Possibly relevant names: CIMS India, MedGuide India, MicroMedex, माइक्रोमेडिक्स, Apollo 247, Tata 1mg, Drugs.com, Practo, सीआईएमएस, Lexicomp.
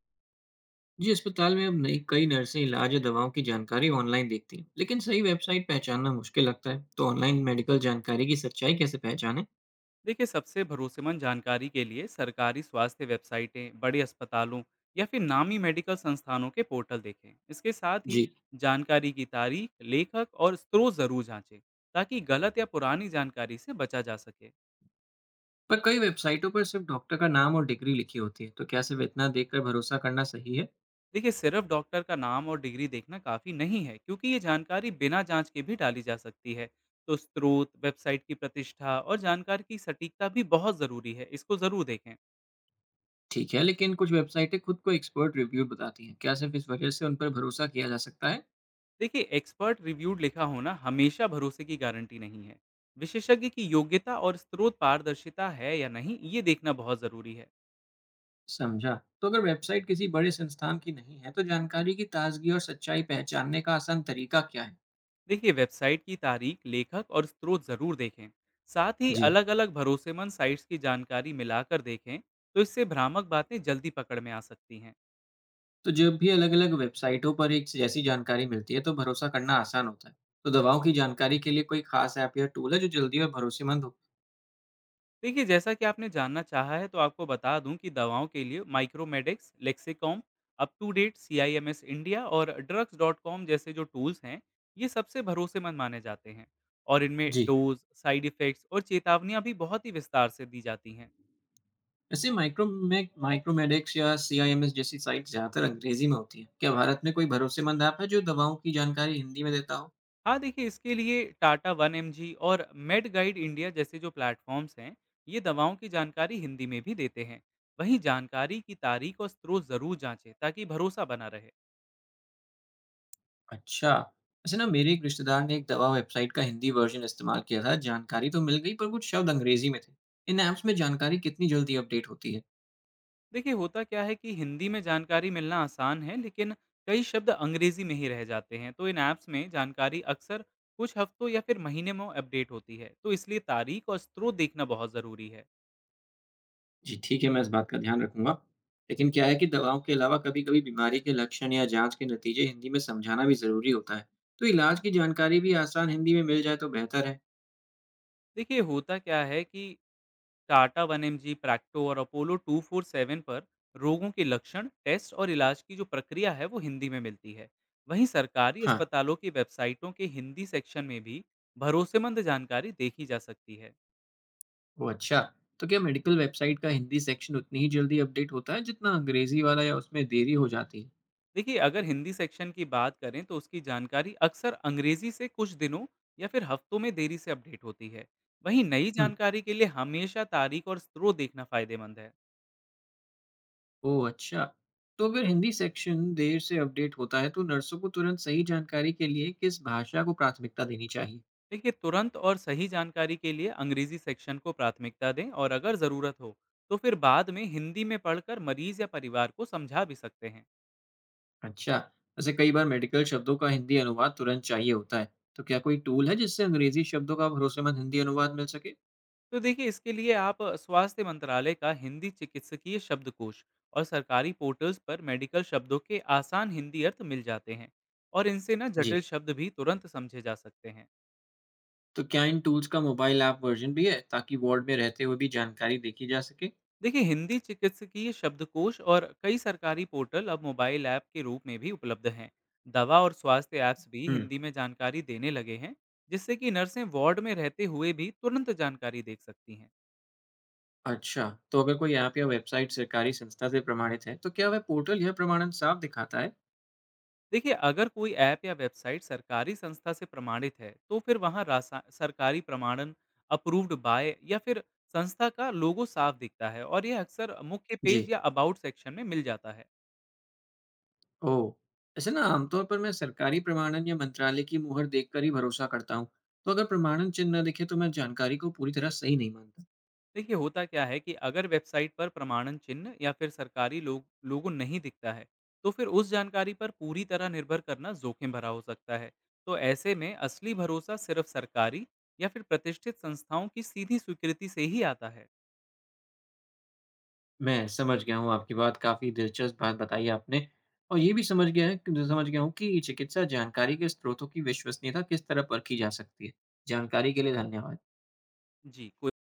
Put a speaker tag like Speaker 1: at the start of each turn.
Speaker 1: जी। अस्पताल में अब नई कई नर्सें इलाज या दवाओं की जानकारी ऑनलाइन देखती हैं, लेकिन सही वेबसाइट पहचानना मुश्किल लगता है। तो ऑनलाइन मेडिकल जानकारी की सच्चाई कैसे पहचानें?
Speaker 2: देखिए, सबसे भरोसेमंद जानकारी के लिए सरकारी स्वास्थ्य वेबसाइटें, बड़े अस्पतालों या फिर नामी मेडिकल संस्थानों के पोर्टल देखें। इसके साथ ही
Speaker 1: जी।
Speaker 2: जानकारी की तारीख, लेखक और स्रोत जरूर जांचें, ताकि गलत या पुरानी जानकारी से बचा जा सके।
Speaker 1: पर कई वेबसाइटों पर सिर्फ डॉक्टर का नाम और डिग्री लिखी होती है, तो क्या सिर्फ इतना देखकर भरोसा करना सही है?
Speaker 2: देखिए, सिर्फ डॉक्टर का नाम और डिग्री देखना काफ़ी नहीं है, क्योंकि ये जानकारी बिना जांच के भी डाली जा सकती है। तो स्रोत, वेबसाइट की प्रतिष्ठा और जानकारी की सटीकता भी बहुत ज़रूरी है, इसको ज़रूर देखें।
Speaker 1: ठीक है, लेकिन कुछ वेबसाइटें खुद को एक्सपर्ट रिव्यूड बताती हैं। क्या सिर्फ इस वजह से उन पर भरोसा किया जा सकता है?
Speaker 2: देखिए, एक्सपर्ट रिव्यूड लिखा होना हमेशा भरोसे की गारंटी नहीं है। विशेषज्ञ की योग्यता और स्रोत पारदर्शिता है या नहीं, ये देखना बहुत ज़रूरी है।
Speaker 1: समझा। तो अगर वेबसाइट किसी बड़े संस्थान की नहीं है, तो जानकारी की ताजगी और सच्चाई पहचानने का आसान तरीका क्या है?
Speaker 2: देखिए, वेबसाइट की तारीख, लेखक और स्रोत ज़रूर देखें। साथ ही
Speaker 1: जी।
Speaker 2: अलग अलग भरोसेमंद साइट्स की जानकारी मिलाकर देखें। तो इससे भ्रामक बातें जल्दी पकड़ में आ सकती हैं।
Speaker 1: तो जब भी अलग-अलग वेबसाइटों पर एक जैसी जानकारी मिलती है, तो भरोसा करना आसान होता है। तो दवाओं की जानकारी के लिए कोई खास ऐप या टूल है जो जल्दी और भरोसेमंद हो?
Speaker 2: देखिए, जैसा कि आपने जानना चाहा है तो आपको बता दूं कि दवाओं के लिए माइक्रोमेडिक्स, Lexicomp, UpToDate, CIMS India और ड्रग्स डॉट कॉम जैसे जो टूल्स हैं, ये सबसे भरोसेमंद माने जाते हैं। और इनमें
Speaker 1: जी।
Speaker 2: डोज, साइड इफेक्ट्स और चेतावनियां भी बहुत ही विस्तार से दी जाती हैं।
Speaker 1: वैसे माइक्रोमेक माइक्रोमेडिक्स या सीआईएमएस जैसी साइट ज़्यादातर अंग्रेजी में होती है। क्या भारत में कोई भरोसेमंद ऐप है जो दवाओं की जानकारी हिंदी में देता हो?
Speaker 2: हाँ, देखिए, इसके लिए टाटा 1mg और मेड गाइड इंडिया जैसे जो प्लेटफॉर्म्स हैं, ये दवाओं की जानकारी हिंदी में भी देते हैं। वहीं जानकारी की तारीख और स्रोत ज़रूर जांचें, ताकि भरोसा बना रहे।
Speaker 1: अच्छा। वैसे ना, मेरे एक रिश्तेदार ने एक दवा वेबसाइट का हिंदी वर्जन इस्तेमाल किया था। जानकारी तो मिल गई, पर कुछ शब्द अंग्रेजी में थे। इन ऐप्स में जानकारी कितनी जल्दी अपडेट होती है?
Speaker 2: देखिए, होता क्या है कि हिंदी में जानकारी मिलना आसान है, लेकिन कई शब्द अंग्रेजी में ही रह जाते हैं। तो इन ऐप्स में जानकारी अक्सर कुछ हफ्तों या फिर महीने में अपडेट होती है, तो इसलिए तारीख और स्रोत देखना बहुत ज़रूरी है।
Speaker 1: जी, ठीक है, मैं इस बात का ध्यान रखूँगा। लेकिन क्या है कि दवाओं के अलावा कभी-कभी बीमारी के लक्षण या जाँच के नतीजे हिंदी में समझाना भी ज़रूरी होता है। तो इलाज की जानकारी भी आसान हिंदी में मिल जाए तो बेहतर है।
Speaker 2: देखिए, होता क्या है कि टाटा 1mg, प्रैक्टो और अपोलो 24/7 पर रोगों के लक्षण, टेस्ट और इलाज की जो प्रक्रिया है वो हिंदी में मिलती है। वहीं सरकारी
Speaker 1: हाँ,
Speaker 2: अस्पतालों की वेबसाइटों के हिंदी सेक्शन में भी भरोसेमंद जानकारी देखी जा सकती है।
Speaker 1: ओह अच्छा! तो क्या मेडिकल वेबसाइट का हिंदी सेक्शन उतनी ही जल्दी अपडेट होता है जितना अंग्रेज़ी वाला, या उसमें देरी हो जाती है?
Speaker 2: देखिए, अगर हिंदी सेक्शन की बात करें तो उसकी जानकारी अक्सर अंग्रेजी से कुछ दिनों या फिर हफ्तों में देरी से अपडेट होती है। वहीं नई
Speaker 1: हुँ,
Speaker 2: जानकारी के लिए हमेशा तारीख और स्रोत देखना फायदेमंद है।
Speaker 1: ओह अच्छा! तो अगर हिंदी सेक्शन देर से अपडेट होता है, तो नर्सों को तुरंत सही जानकारी के लिए किस भाषा को प्राथमिकता देनी चाहिए?
Speaker 2: देखिए, तुरंत और सही जानकारी के लिए अंग्रेजी सेक्शन को प्राथमिकता दें और अगर ज़रूरत हो तो फिर बाद में हिंदी में पढ़कर मरीज या परिवार को समझा भी सकते हैं।
Speaker 1: अच्छा। वैसे कई बार मेडिकल शब्दों का हिंदी अनुवाद तुरंत चाहिए होता है। तो क्या कोई टूल है जिससे अंग्रेजी शब्दों का भरोसेमंद हिंदी अनुवाद मिल सके?
Speaker 2: तो देखिए, इसके लिए आप स्वास्थ्य मंत्रालय का हिंदी चिकित्सकीय शब्दकोश और सरकारी पोर्टल्स पर मेडिकल शब्दों के आसान हिंदी अर्थ मिल जाते हैं। और इनसे ना जटिल
Speaker 1: जी।
Speaker 2: शब्द भी तुरंत समझे जा सकते हैं।
Speaker 1: तो क्या इन टूल्स का मोबाइल ऐप वर्जन भी है ताकि वार्ड में रहते हुए भी जानकारी देखी जा सके?
Speaker 2: देखिए, हिंदी चिकित्सकीय शब्दकोश और कई सरकारी पोर्टल अब मोबाइल ऐप के रूप में भी उपलब्ध हैं। दवा और स्वास्थ्य ऐप्स भी
Speaker 1: हम्म।
Speaker 2: हिंदी में जानकारी देने लगे हैं, जिससे कि नर्सें वार्ड में रहते हुए भी तुरंत जानकारी देख सकती हैं।
Speaker 1: अच्छा। तो अगर कोई ऐप या वेबसाइट सरकारी संस्था से प्रमाणित है, तो क्या वह पोर्टल यह प्रमाणन साफ दिखाता है?
Speaker 2: देखिए, अगर कोई ऐप या वेबसाइट सरकारी संस्था से प्रमाणित है तो फिर वहाँ सरकारी प्रमाणन, अप्रूव्ड बाय या फिर संस्था का लोगो साफ दिखता है, और यह अक्सर मुख्य
Speaker 1: जी।
Speaker 2: पेज या अबाउट सेक्शन में मिल जाता है।
Speaker 1: ओह। ऐसे ना, आमतौर पर मैं सरकारी प्रमाणन या मंत्रालय की मुहर देखकर ही भरोसा करता हूँ। तो अगर प्रमाणन चिन्ह न दिखे तो मैं जानकारी को पूरी तरह सही नहीं मानता।
Speaker 2: देखिए, होता क्या है कि अगर वेबसाइट पर प्रमाणन चिन्ह या फिर सरकारी लोगो नहीं दिखता है तो फिर उस जानकारी पर पूरी तरह निर्भर करना जोखिम भरा हो सकता है। तो ऐसे में असली भरोसा सिर्फ सरकारी या फिर प्रतिष्ठित संस्थाओं की सीधी स्वीकृति से ही आता है।
Speaker 1: मैं समझ गया हूँ आपकी बात, काफ़ी दिलचस्प बात बताई आपने। और ये भी समझ गया हूँ कि चिकित्सा जानकारी के स्रोतों की विश्वसनीयता किस तरह परखी जा सकती है। जानकारी के लिए धन्यवाद।
Speaker 2: जी, कोई